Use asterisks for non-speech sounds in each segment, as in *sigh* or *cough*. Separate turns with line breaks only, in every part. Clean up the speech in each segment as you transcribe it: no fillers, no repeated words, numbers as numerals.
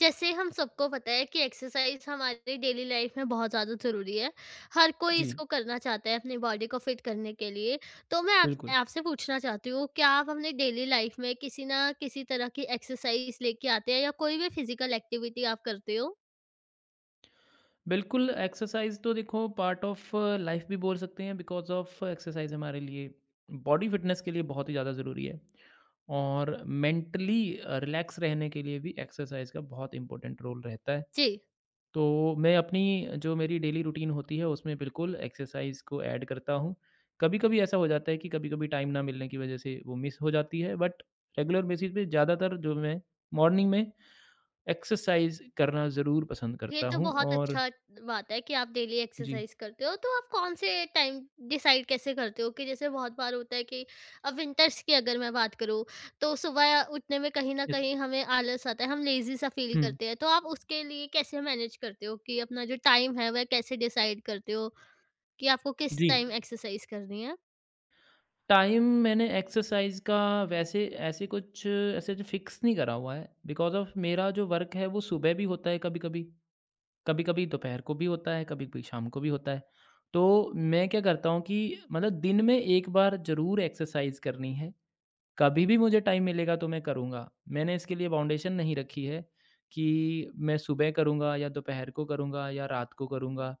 जैसे हम सबको पता है कि एक्सरसाइज हमारी डेली लाइफ में बहुत ज़्यादा ज़रूरी है। हर कोई
जी,
इसको करना चाहता है अपनी बॉडी को फिट करने के लिए। तो मैं आप
बिल्कुल।
आपसे पूछना चाहती हूँ, क्या आप अपनी डेली लाइफ में किसी न किसी तरह की एक्सरसाइज लेके आते हैं या कोई भी फिज़िकल एक्टिविटी आप करते हो?
बिल्कुल, एक्सरसाइज़ तो देखो पार्ट ऑफ लाइफ़ भी बोल सकते हैं बिकॉज़ ऑफ एक्सरसाइज़ हमारे लिए बॉडी फिटनेस के लिए बहुत ही ज़्यादा ज़रूरी है और मेंटली रिलैक्स रहने के लिए भी एक्सरसाइज़ का बहुत इम्पोर्टेंट रोल रहता है।
जी।
तो मैं अपनी जो मेरी डेली रूटीन होती है उसमें बिल्कुल एक्सरसाइज़ को ऐड करता हूँ। कभी-कभी ऐसा हो जाता है कि कभी-कभी टाइम ना मिलने की वज़ह से वो मिस हो जाती है, बट रेगुलर बेसिस पे ज़्यादातर जो मैं मॉर्निंग में एक्सरसाइज़ करना ज़रूर पसंद
ये
करता
तो
हूँ
बहुत
और
अच्छा बात है कि आप डेली
जी,
एक्सरसाइज करते हो तो आप कौन से टाइम डिसाइड कैसे करते हो कि जैसे बहुत बार होता है कि अब विंटर्स की अगर मैं बात करूँ तो सुबह उठने में कहीं ना
यस।
कहीं हमें आलस आता है, हम लेजी सा फील
हुँ,
करते हैं, तो आप उसके लिए कैसे मैनेज करते हो कि अपना जो टाइम है वह कैसे डिसाइड करते हो कि आपको किस
जी।
टाइम एक्सरसाइज करनी है?
टाइम मैंने एक्सरसाइज़ का वैसे ऐसे कुछ ऐसे जो फ़िक्स नहीं करा हुआ है, बिकॉज़ ऑफ़ मेरा जो वर्क है वो सुबह भी होता है कभी-कभी, कभी-कभी दोपहर को भी होता है, कभी-कभी शाम को भी होता है। तो मैं क्या करता हूँ कि मतलब दिन में एक बार ज़रूर एक्सरसाइज़ करनी है, कभी भी मुझे टाइम मिलेगा तो मैं करूँगा। मैंने इसके लिए बाउंडेशन नहीं रखी है कि मैं सुबह करूँगा या दोपहर को करूँगा या रात को करूँगा।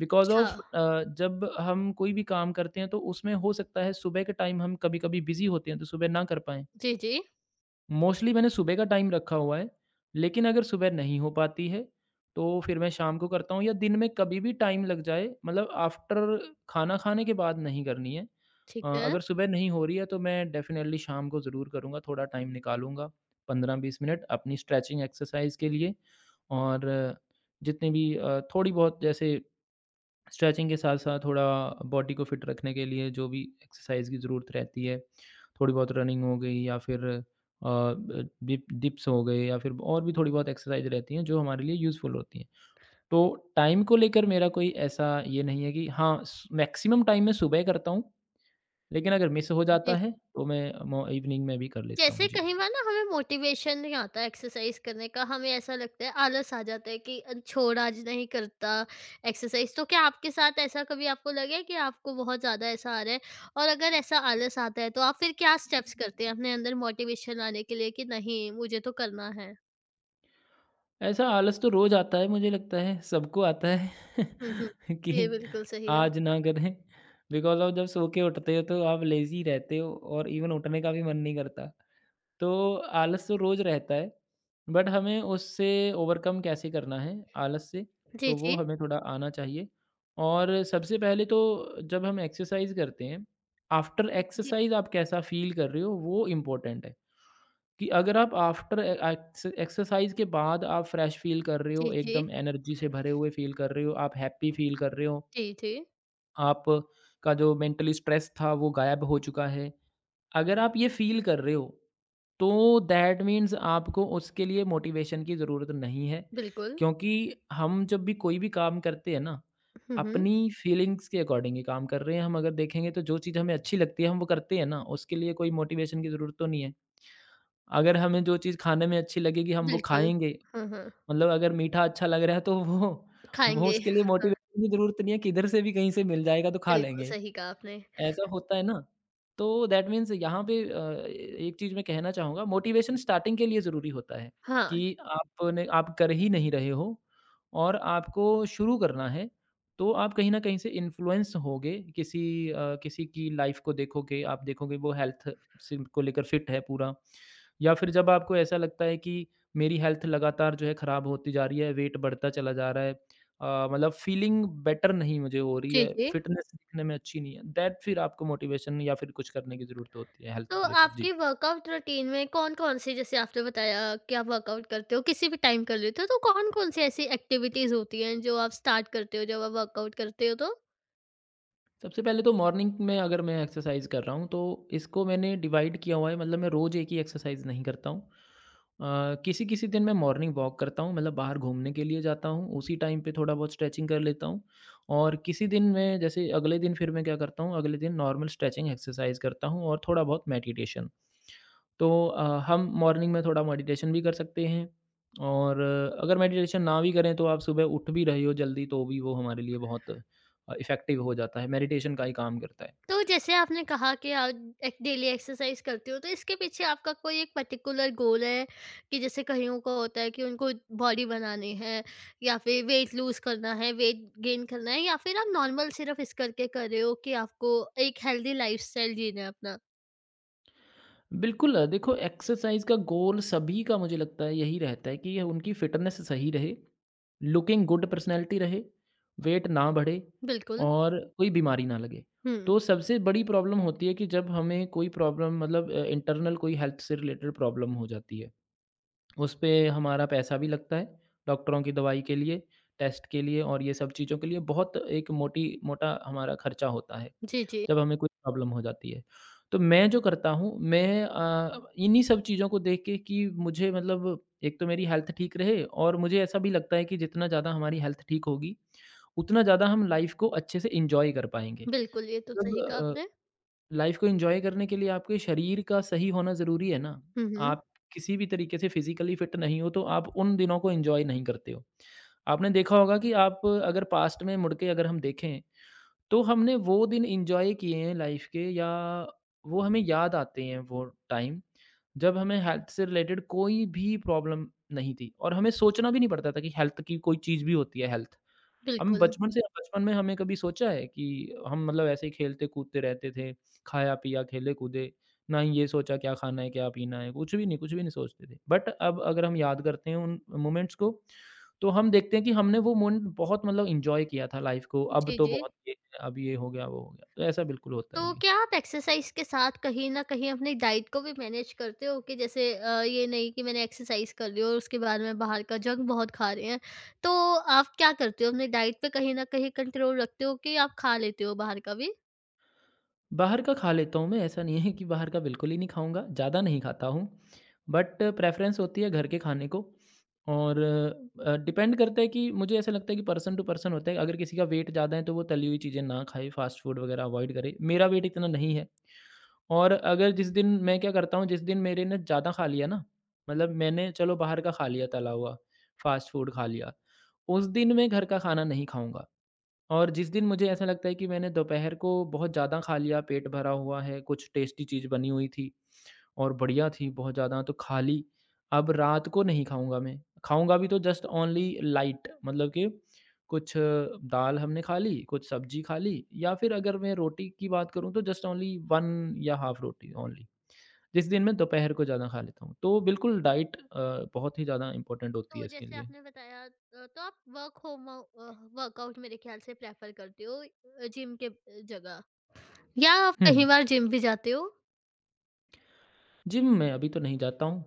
बिकॉज़
अच्छा।
ऑफ़ जब हम कोई भी काम करते हैं तो उसमें हो सकता है सुबह के टाइम हम कभी-कभी बिज़ी होते हैं तो सुबह ना कर पाएँ।
जी, जी।
मोस्टली मैंने सुबह का टाइम रखा हुआ है, लेकिन अगर सुबह नहीं हो पाती है, तो फिर मैं शाम को करता हूँ या दिन में कभी भी टाइम लग जाए, मतलब आफ्टर खाना खाने के बाद नहीं करनी है।
ठीक है।
अगर सुबह नहीं हो रही है, तो मैं डेफ़िनिटली शाम को ज़रूर करूँगा, थोड़ा टाइम निकालूँगा, 15-20 मिनट अपनी स्ट्रेचिंग एक्सरसाइज़ के लिए और जितनी भी थोड़ी बहुत जैसे स्ट्रेचिंग के साथ-साथ थोड़ा बॉडी को फिट रखने के लिए जो भी एक्सरसाइज की ज़रूरत रहती है, थोड़ी बहुत रनिंग हो गई या फिर अ, ब डिप डिप्स हो गए या फिर और भी थोड़ी बहुत एक्सरसाइज रहती हैं जो हमारे लिए यूज़फुल होती हैं। तो टाइम को लेकर मेरा कोई ऐसा ये नहीं है कि हाँ, स मैक्सिमम टाइम मैं सुबह करता हूँ, लेकिन अगर मिस हो जाता
जी।
है तो मैं मो इवनिंग में भी कर लेता
जैसे
हूँ। जी।
कहीं बार ना हमें मोटिवेशन नहीं आता एक्सरसाइज करने का, हमें ऐसा लगता है आलस आ जाता है कि छोड़, आज नहीं करता एक्सरसाइज", तो क्या आपके साथ ऐसा कभी आपको लगे कि आपको बहुत ज़्यादा ऐसा आ रहा है? और अगर ऐसा आलस आता है, तो आप फिर क्या स्टेप्स करते हैं अपने अंदर मोटिवेशन लाने के लिए कि नहीं, मुझे तो करना है?
ऐसा आलस तो रोज़ आता है, मुझे लगता है, सबको आता है
हुँ, हुँ।
*laughs* कि
ये बिल्कुल सही है।
आज ना करें, बिकॉज़ ऑफ़ जब सो के उठते हो तो आप लेज़ी रहते हो और इवन उठने का भी मन नहीं करता। तो आलस तो रोज़ रहता है, बट हमें उससे ओवरकम कैसे करना है आलस से,
जी,
तो वो
जी।
हमें थोड़ा आना चाहिए। और सबसे पहले तो जब हम एक्सरसाइज़ करते हैं, आफ्टर
जी,
एक्सरसाइज़ आप कैसा फ़ील कर रहे हो वो इम्पोर्टेंट है, कि अगर आप आफ्टर ए एक्स एक्सरसाइज़ के बाद आप फ्रेश फ़ील कर रहे हो,
जी, जी।
एकदम एनर्जी से भरे हुए फ़ील कर रहे हो, आप हैप्पी फ़ील कर रहे हो,
जी, जी।
आप का जो मेंटली स्ट्रेस था वो गायब हो चुका है, अगर आप ये फ़ील कर रहे हो, तो दैट मीन्स आपको उसके लिए मोटिवेशन की ज़रूरत नहीं है।
बिल्कुल।
क्योंकि हम जब भी कोई भी काम करते हैं ना,
हुँ, हुँ।
अपनी फ़ीलिंग्स के अकॉर्डिंग ही काम कर रहे हैं। हम अगर देखेंगे तो जो चीज़ हमें अच्छी लगती है हम वो करते हैं ना, उसके लिए कोई मोटिवेशन की ज़रूरत तो नहीं है। अगर हमें जो चीज़ खाने में अच्छी लगेगी हम वो
बिल्कुल।
खाएँगे,
हाँ, हाँ।
मतलब अगर मीठा अच्छा लग रहा है तो वो
खाएँगे।
उसके लिए
हाँ,
मोटिवेशन की ज़रूरत नहीं है, किधर से भी कहीं से मिल जाएगा तो खा
बिल्कुल
लेंगे।
सही कहा आपने।
ऐसा होता है ना, तो दैट मीन्स यहाँ पे एक चीज़ मैं कहना चाहूँगा, मोटिवेशन स्टार्टिंग के लिए ज़रूरी होता है
हाँ।
कि आपने आप कर ही नहीं रहे हो और आपको शुरू करना है, तो आप कहीं न कहीं से इन्फ्लुएंस होगे, किसी की लाइफ़ को देखोगे, आप देखोगे वो हेल्थ से को लेकर फिट है पूरा या फिर जब आपको ऐसा लगता है कि मेरी हेल्थ लगातार जो है खराब होती जा रही है, वेट बढ़ता चला जा रहा है, मतलब फीलिंग बेटर नहीं मुझे हो रही
जी,
है,
जी।
फिटनेस दिखने में अच्छी नहीं है, दैट फिर आपको मोटिवेशन या फिर कुछ करने की ज़रूरत होती है हेल्थ
तो
को लेकर।
आपके
जी।
वर्कआउट रूटीन में कौन-कौन से, जैसे आपने बताया कि आप वर्कआउट करते हो, किसी भी टाइम कर लेते हो, तो कौन-कौन सी ऐसी एक्टिविटीज़ होती हैं जो आप स्टार्ट करते हो जब आप वर्कआउट करते हो तो?
सबसे पहले तो मॉर्निंग में अगर मैं एक्सरसाइज़ कर रहा हूँ तो इसको मैंने डिवाइड किया हुआ है, मतलब मैं रोज़ एक ही एक्सरसाइज़ नहीं करता हूँ। किसी-किसी दिन मैं मॉर्निंग वॉक करता हूँ, मतलब बाहर घूमने के लिए जाता हूँ, उसी टाइम पे थोड़ा बहुत स्ट्रेचिंग कर लेता हूँ और किसी दिन मैं जैसे अगले दिन फिर मैं क्या करता हूँ, अगले दिन नॉर्मल स्ट्रेचिंग एक्सरसाइज़ करता हूँ और थोड़ा बहुत मेडिटेशन। तो हम मॉर्निंग में थोड़ा मेडिटेशन भी कर सकते हैं और अगर मेडिटेशन ना भी करें तो आप सुबह उठ भी रहे हो जल्दी तो भी वो हमारे लिए बहुत इफ़ेक्टिव हो जाता है, मेडिटेशन का ही काम करता है।
तो जैसे आपने कहा कि आप एक डेली एक्सरसाइज करते हो, तो इसके पीछे आपका कोई एक पर्टिकुलर गोल है कि जैसे कईयों को होता है कि उनको बॉडी बनानी है या फिर वेट लूज़ करना है, वेट गेन करना है, या फिर आप नॉर्मल सिर्फ़ इस करके कर रहे हो कि आपको एक हेल्दी लाइफ़स्टाइल जीना है अपना?
बिल्कुल, देखो एक्सरसाइज़ का गोल सभी का मुझे लगता है यही रहता है कि उनकी फ़िटनेस सही रहे, लुकिंग गुड पर्सनैलिटी रहे, वेट ना बढ़े
बिल्कुल।
और कोई बीमारी ना लगे।
हुँ।
तो सबसे बड़ी प्रॉब्लम होती है कि जब हमें कोई प्रॉब्लम, मतलब इंटरनल कोई हेल्थ से रिलेटेड प्रॉब्लम हो जाती है। उसपे हमारा पैसा भी लगता है, डॉक्टरों की दवाई के लिए, टेस्ट के लिए और ये सब चीज़ों के लिए बहुत एक मोटी मोटा हमारा खर्चा होता है,
जी, जी।
जब हमें कोई प्रॉब्लम हो जाती है। तो मैं जो करता हूँ, मैं इन्हीं सब चीज़ों को देख के कि मुझे, मतलब एक तो मेरी हेल्थ ठीक रहे और मुझे ऐसा भी लगता है कि जितना ज़्यादा हमारी हेल्थ ठीक होगी, उतना ज़्यादा हम लाइफ़ को अच्छे से एन्जॉय कर पाएँगे।
बिल्कुल, ये तो
मतलब
सही कहा आपने।
लाइफ को एन्जॉय करने के लिए आपके शरीर का सही होना ज़रूरी है ना।
हुँ, हुँ,
आप किसी भी तरीके से फिज़िकली फ़िट नहीं हो, तो आप उन दिनों को एन्जॉय नहीं करते हो। आपने देखा होगा कि आप अगर पास्ट में मुड़ के अगर हम देखें, तो हमने वो दिन एन्जॉय किए हैं लाइफ के या वो हमें याद आते हैं वो टाइम, जब हमें हेल्थ से रिलेटेड कोई भी प्रॉब्लम नहीं थी और हमें सोचना भी नहीं पड़ता था कि हेल्थ की कोई चीज़ भी होती है हेल्थ। हम
बिल्कुल।
बचपन में हमें कभी सोचा है कि हम, मतलब ऐसे ही खेलते-कूदते रहते थे, खाया-पिया, खेले-कूदे, ना ही ये सोचा क्या खाना है, क्या पीना है, कुछ भी नहीं सोचते थे। बट अब अगर हम याद करते हैं उन मोमेंट्स को, तो हम देखते हैं कि हमने वो मोमेंट बहुत, मतलब एन्जॉय किया था लाइफ को,
जी, जी।
अब ये हो गया, वो हो गया। तो ऐसा बिल्कुल होता है।
तो
जी।
क्या आप एक्सरसाइज़ के साथ कहीं न कहीं अपनी डाइट को भी मैनेज करते हो कि जैसे ये नहीं कि मैंने एक्सरसाइज़ कर ली और उसके बाद में बाहर का जंक बहुत खा रहे हैं। तो आप क्या करते हो, अपनी डाइट पे कहीं न कहीं कंट्रोल रखते हो कि आप खा लेते हो बाहर का भी?
बाहर का खा लेता हूँ मैं, ऐसा नहीं है कि बाहर का बिल्कुल ही नहीं खाऊँगा, ज़्यादा नहीं खाता हूँ। बट प्रेफ़रेंस होती है घर के खाने को और डिपेंड करता है कि मुझे ऐसा लगता है कि पर्सन टू पर्सन होता है। अगर किसी का वेट ज़्यादा है तो वो तली हुई चीज़ें ना खाए, फ़ास्ट फूड वग़ैरह अवॉइड करे। मेरा वेट इतना नहीं है और अगर जिस दिन मैं क्या करता हूँ, जिस दिन मेरे ने ज़्यादा खा लिया ना, मतलब मैंने चलो बाहर का खा लिया तला हुआ, फ़ास्ट फूड खा लिया, उस दिन मैं घर का खाना नहीं खाऊँगा। और जिस दिन मुझे ऐसा लगता है कि मैंने दोपहर को बहुत ज़्यादा खा लिया, पेट भरा हुआ है, कुछ टेस्टी चीज़ बनी हुई थी और बढ़िया थी बहुत ज़्यादा तो खा ली, अब रात को नहीं खाऊँगा मैं। खाऊँगा भी तो जस्ट ओनली लाइट, मतलब कि कुछ दाल हमने खा ली, कुछ सब्ज़ी खा ली या फिर अगर मैं रोटी की बात करूँ तो जस्ट ओनली 1 या हाफ रोटी ओनली। जिस दिन मैं दोपहर को ज़्यादा खा लेता हूँ। तो बिल्कुल डाइट बहुत ही ज़्यादा इम्पोर्टेंट होती
तो
है इसके
जैसे
लिए।
आपने बताया तो आप वर्क वर्कआउट मेरे ख़्याल से प्रेफ़र करते हो जिम के जगह, या आप
हुँ।
कहीं बार जिम भी जाते हो?
जिम में अभी तो नहीं जाता हूँ।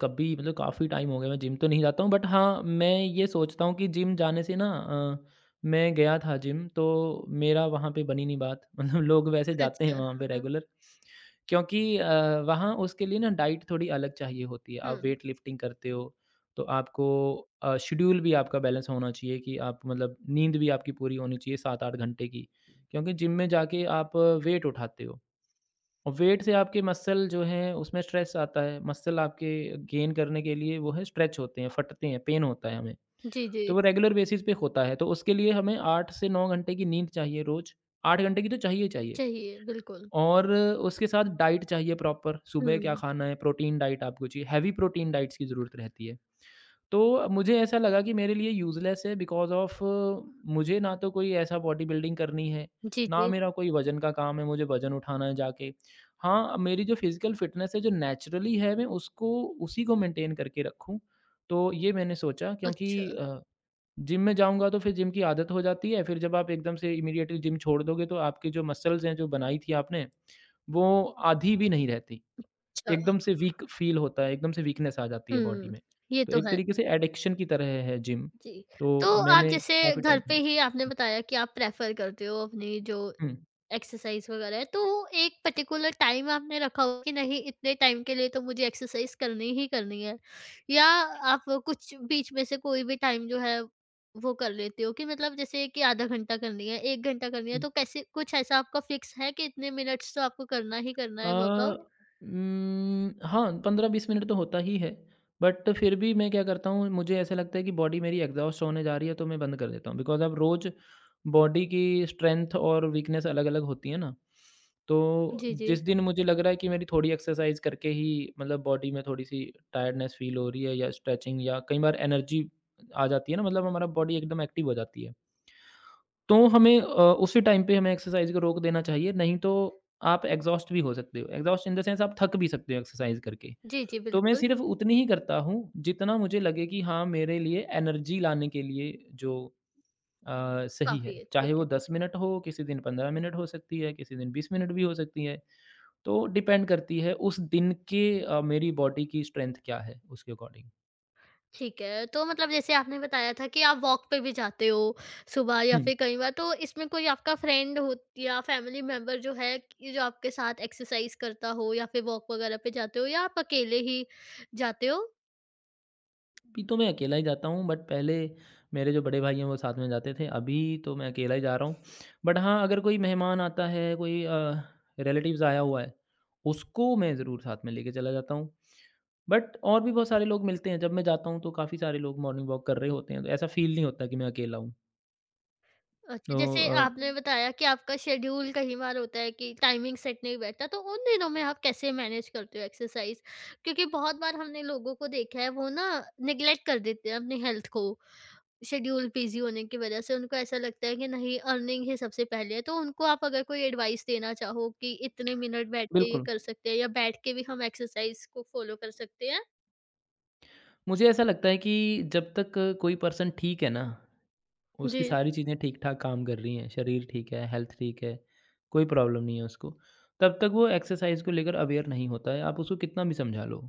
कभी, मतलब काफ़ी टाइम हो गया मैं जिम तो नहीं जाता हूँ, बट हाँ, मैं ये सोचता हूँ कि जिम जाने से ना मैं गया था जिम तो मेरा वहाँ पे बनी नहीं बात। *laughs* मतलब लोग वैसे
*laughs*
जाते हैं
अच्छा।
वहाँ पे
हाँ,
रेगुलर क्योंकि वहाँ उसके लिए ना डाइट थोड़ी अलग चाहिए होती है।
हुँ।
आप वेट लिफ्टिंग करते हो तो आपको शेड्यूल भी आपका बैलेंस होना चाहिए कि आप, मतलब नींद भी आपकी पूरी होनी चाहिए 7-8 घंटे की। क्योंकि जिम में जाके आप वेट उठाते हो और वेट से आपके मसल जो हैं उसमें स्ट्रेस आता है, मसल आपके गेन करने के लिए वो है स्ट्रेच होते हैं, फटते हैं, पेन होता है हमें।
जी, जी।
तो वो रेगुलर बेसिस पे होता है, तो उसके लिए हमें 8 से 9 घंटे की नींद चाहिए रोज़, 8 घंटे की तो चाहिए ही चाहिए।
चाहिए, बिल्कुल।
और उसके साथ डाइट चाहिए प्रॉपर, सुबह क्या
हुँ,
खाना है, प्रोटीन डाइट आपको चाहिए, हेवी प्रोटीन डाइट्स की ज़रूरत रहती है। तो मुझे ऐसा लगा कि मेरे लिए यूज़लेस है बिकॉज़ ऑफ़ मुझे ना तो कोई ऐसा बॉडी बिल्डिंग करनी है,
जी,
ना
जी।
मेरा कोई वज़न का काम है, मुझे वज़न उठाना है जाके। हाँ, मेरी जो फिज़िकल फ़िटनेस है, जो नेचुरली है मैं उसको उसी को मेंटेन करके रखूँ। तो ये मैंने सोचा क्योंकि
अच्छा,
अ जिम में जाऊँगा तो फिर जिम की आदत हो जाती है, फिर जब आप एकदम से इमीडिएटली जिम छोड़ दोगे तो आपके जो मसल्स हैं, जो बनाई थी आपने, वो आधी भी नहीं रहती।
अच्छा।
एकदम से वीक फ़ील होता है, एकदम से वीकनेस आ जाती है बॉडी
हुँ,
में।
ये
तो
तो
एक
है।
तरीके से एडिक्शन की तरह है जिम,
जी, तो
तो
आप
मैंने
जैसे
काफ़ी
घर
टाइम
पे ही आपने बताया कि आप प्रेफ़र करते हो अपनी जो
हुँ,
एक्सरसाइज़ वग़ैरह है, तो एक पर्टिकुलर टाइम आपने रखा हो कि नहीं, इतने टाइम के लिए तो मुझे एक्सरसाइज़ करनी ही करनी है? या आप कुछ बीच में से कोई भी टाइम जो है वो कर लेते हो कि मतलब जैसे कि आधा घंटा करनी है, 1 घंटा करनी है,
हुँ।
तो कैसे कुछ ऐसा आपका फ़िक्स है कि इतने मिनट्स तो आपको करना ही करना
अ,
है वर्कआउट?
हाँ, 15-20 मिनट तो होता ही है। बट फिर भी मैं क्या करता हूँ, मुझे ऐसा लगता है कि बॉडी मेरी एग्ज़ॉस्ट होने जा रही है, तो मैं बंद कर देता हूँ। बिकॉज़ अब रोज़ बॉडी की स्ट्रेंथ और वीकनेस अलग-अलग होती है ना। तो
जी, जी।
जिस दिन मुझे लग रहा है कि मेरी थोड़ी एक्सरसाइज़ करके ही मतलब बॉडी में थोड़ी-सी टायर्डनेस फ़ील हो रही है या स्ट्रेचिंग या कई बार एनर्जी आ जाती है ना, मतलब हमारा बॉडी एकदम एक्टिव हो जाती है। तो हमें उसी टाइम पे हमें एक्सरसाइज को रोक देना चाहिए, नहीं तो आप एग्ज़ॉस्ट भी हो सकते हो। एग्ज़ॉस्ट इन द सेंस आप थक भी सकते हो एक्सरसाइज करके।
जी, जी,
तो मैं
बिल्कुल,
सिर्फ़ उतनी ही करता हूँ, जितना मुझे लगे कि हाँ, मेरे लिए एनर्जी लाने के लिए जो सही है।
काफ़ी है। ठीक
चाहे वो
है, ठीक
10
है।
मिनट हो, किसी दिन 15 मिनट हो सकती है, किसी दिन 20 मिनट भी हो सकती है। तो डिपेंड करती है उस दिन के मेरी बॉडी की स्ट्रेंथ क्या है उसके अकॉर्डिंग।
ठीक है, तो मतलब जैसे आपने बताया था कि आप वॉक पे भी जाते हो सुबह या
हुँ।
फिर कई बार, तो इसमें कोई आपका फ्रेंड हो या फैमिली मेंबर जो है, कि जो आपके साथ एक्सरसाइज करता हो या फिर वॉक वगैरह पे जाते हो, या आप अकेले ही जाते हो?
अभी तो मैं अकेला ही जाता हूँ बट पहले मेरे जो बड़े भाई हैं वो साथ में जाते थे अभी तो मैं अकेला ही जा रहा हूँ बट हाँ अगर कोई मेहमान आता है कोई रिलेटिव्स आया हुआ है उसको मैं ज़रूर साथ में लेके चला जाता हूँ बट और भी बहुत सारे लोग मिलते हैं जब मैं जाता हूँ तो काफ़ी सारे लोग मॉर्निंग वॉक कर रहे होते हैं तो ऐसा फील नहीं होता कि मैं अकेला हूँ।
अच्छा,
तो
जैसे आपने बताया कि आपका शेड्यूल कई बार होता है कि टाइमिंग सेट नहीं बैठता, तो उन दिनों में आप कैसे मैनेज करते हो एक्सरसाइज? क्योंकि बहुत बार हमने लोगों को देखा है, वो ना नेग्लेक्ट कर देते हैं अपनी हेल्थ को। शेड्यूल बिज़ी होने की वजह से उनको ऐसा लगता है कि नहीं, अर्निंग ही सबसे पहले है। तो उनको आप अगर कोई एडवाइस देना चाहो कि इतने मिनट बैठ के ये
बिल्कुल
कर सकते हैं, या बैठ के भी हम एक्सरसाइज को फॉलो कर सकते हैं?
मुझे ऐसा लगता है कि जब तक कोई पर्सन ठीक है ना उसकी
जी,
सारी चीज़ें ठीक-ठाक काम कर रही हैं, शरीर ठीक है, हेल्थ ठीक है, कोई प्रॉब्लम नहीं है उसको। तब तक वो एक्सरसाइज़ को लेकर अवेयर नहीं होता है, आप उसको कितना भी समझा लो।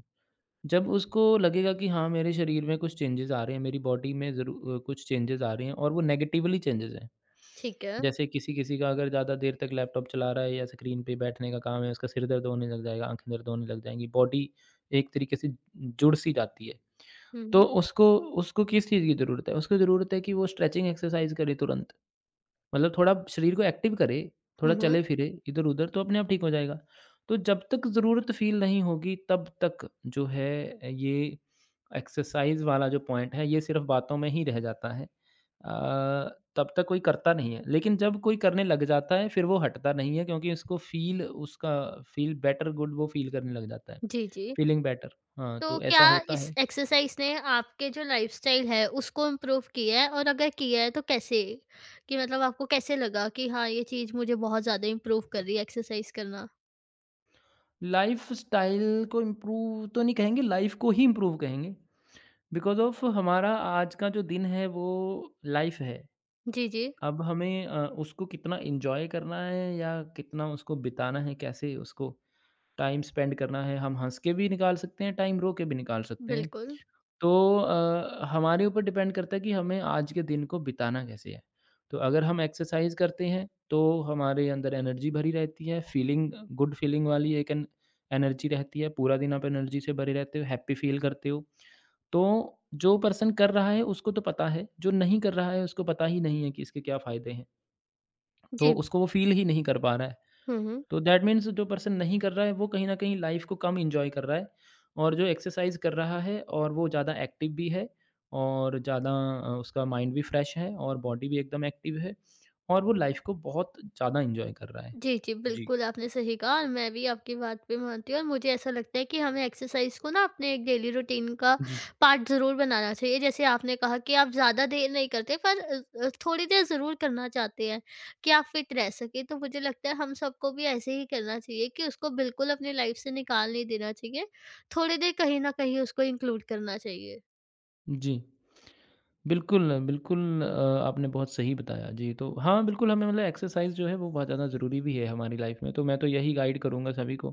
जब उसको लगेगा कि हाँ, मेरे शरीर में कुछ चेंजेज़ आ रहे हैं, मेरी बॉडी में कुछ चेंजेज़ आ रहे हैं और वो नेगेटिवली चेंजेज़ हैं।
ठीक है।
जैसे किसी-किसी का अगर ज़्यादा देर तक लैपटॉप चला रहा है या स्क्रीन पे बैठने का काम है, उसका सिर दर्द होने लग जाएगा, आँखें दर्द होने लग जाएँगी, बॉडी एक तरीके से जुड़ सी जाती है। तो
हुँ,
उसको उसको किस चीज़ की ज़रूरत है? उसको ज़रूरत है कि वो स्ट्रेचिंग एक्सरसाइज़ करे तुरंत। मतलब थोड़ा शरीर को एक्टिव करे,
हुँ,
थोड़ा
हुँ,
चले-फिरे इधर-उधर तो अपने आप ठीक हो जाएगा। तो जब तक ज़रूरत फ़ील नहीं होगी तब तक जो है ये एक्सरसाइज़ वाला जो पॉइंट है ये सिर्फ़ बातों में ही रह जाता है। तब तक कोई करता नहीं है। लेकिन जब कोई करने लग जाता है फिर वो हटता नहीं है क्योंकि उसको फ़ील उसका फ़ील बेटर गुड वो फ़ील करने लग जाता है।
जी, जी।
फ़ीलिंग बेटर हाँ,
तो
तो
क्या
ऐसा होता
इस
है।
एक्सरसाइज ने आपके जो लाइफ़स्टाइल है उसको इम्प्रूव किया है, और अगर किया है तो कैसे? कि मतलब आपको कैसे लगा कि हाँ, ये चीज़ मुझे बहुत ज़्यादा इम्प्रूव कर रही है एक्सरसाइज करना?
लाइफ़स्टाइल को इम्प्रूव तो नहीं कहेंगे, लाइफ़ को ही इम्प्रूव कहेंगे। बिकॉज़ ऑफ़ हमारा आज का जो दिन है वो लाइफ़ है।
जी, जी,
अब हमें उसको कितना एन्जॉय करना है या कितना उसको बिताना है, कैसे उसको टाइम स्पेंड करना है, हम हँस के भी निकाल सकते हैं टाइम, रो के भी निकाल सकते हैं।
बिल्कुल।
तो हमारे ऊपर डिपेंड करता है कि हमें आज के दिन को बिताना कैसे है। तो अगर हम एक्सरसाइज़ करते हैं, तो हमारे अंदर एनर्जी भरी रहती है, फीलिंग गुड फीलिंग वाली एक एन एनर्जी रहती है, पूरा दिन आप एनर्जी से भरे रहते हो, हैप्पी फ़ील करते हो। तो जो पर्सन कर रहा है, उसको तो पता है, जो नहीं कर रहा है, उसको पता ही नहीं है कि इसके क्या फ़ायदे हैं। तो
जी,
उसको वो फ़ील ही नहीं कर पा रहा है।
हुँ, हुँ।
तो दैट मीन्स जो पर्सन नहीं कर रहा है वो कहीं न कहीं लाइफ़ को कम एन्जॉय कर रहा है और जो एक्सरसाइज़ कर रहा है और वो ज़्यादा एक्टिव भी है और ज़्यादा उसका माइंड भी फ्रेश है और बॉडी भी एकदम एक्टिव है और वो लाइफ़ को बहुत ज़्यादा एन्जॉय कर रहा है।
जी, जी।
जी।
बिल्कुल, आपने सही कहा, और मैं भी आपकी बात पे मानती हूँ, और मुझे ऐसा लगता है कि हमें एक्सरसाइज़ को ना अपने एक डेली रूटीन का
जी।
पार्ट ज़रूर बनाना चाहिए। जैसे आपने कहा कि आप ज़्यादा देर नहीं करते, पर थोड़ी देर ज़रूर करना चाहते हैं कि आप फिट रह सकें। तो मुझे लगता है हम सबको भी ऐसे ही करना चाहिए कि उसको बिल्कुल अपनी लाइफ़ से निकाल नहीं देना चाहिए। थोड़ी देर कहीं न कहीं उसको इंक्लूड करना चाहिए।
जी। बिल्कुल, आपने बहुत सही बताया। जी, तो हाँ, बिल्कुल हमें मतलब एक्सरसाइज़ जो है वो बहुत ज़्यादा ज़रूरी भी है हमारी लाइफ़ में, तो मैं तो यही गाइड करूँगा सभी को।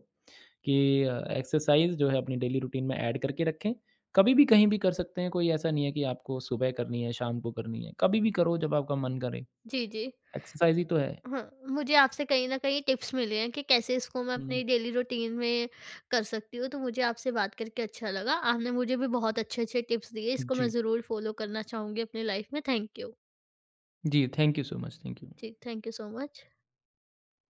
कि एक्सरसाइज़ जो है अपनी डेली रूटीन में ऐड करके रखें। कभी भी कहीं भी कर सकते हैं, कोई ऐसा नहीं है कि आपको सुबह करनी है, शाम को करनी है, कभी भी करो जब आपका मन करे।
जी, जी।
एक्सरसाइज़ ही तो है।
हाँ, मुझे आपसे कहीं न कहीं टिप्स मिले हैं कि कैसे इसको मैं अपनी
हुँ।
डेली रूटीन में कर सकती हूँ, तो मुझे आपसे बात करके अच्छा लगा। आपने मुझे भी बहुत अच्छे-अच्छे टिप्स दिए, इसको मैं
जी।
ज़रूर फ़ॉलो करना चाहूँगी अपनी लाइफ़ में। Thank you.
जी, thank you so much, thank you.
जी, थैंक यू सो मच।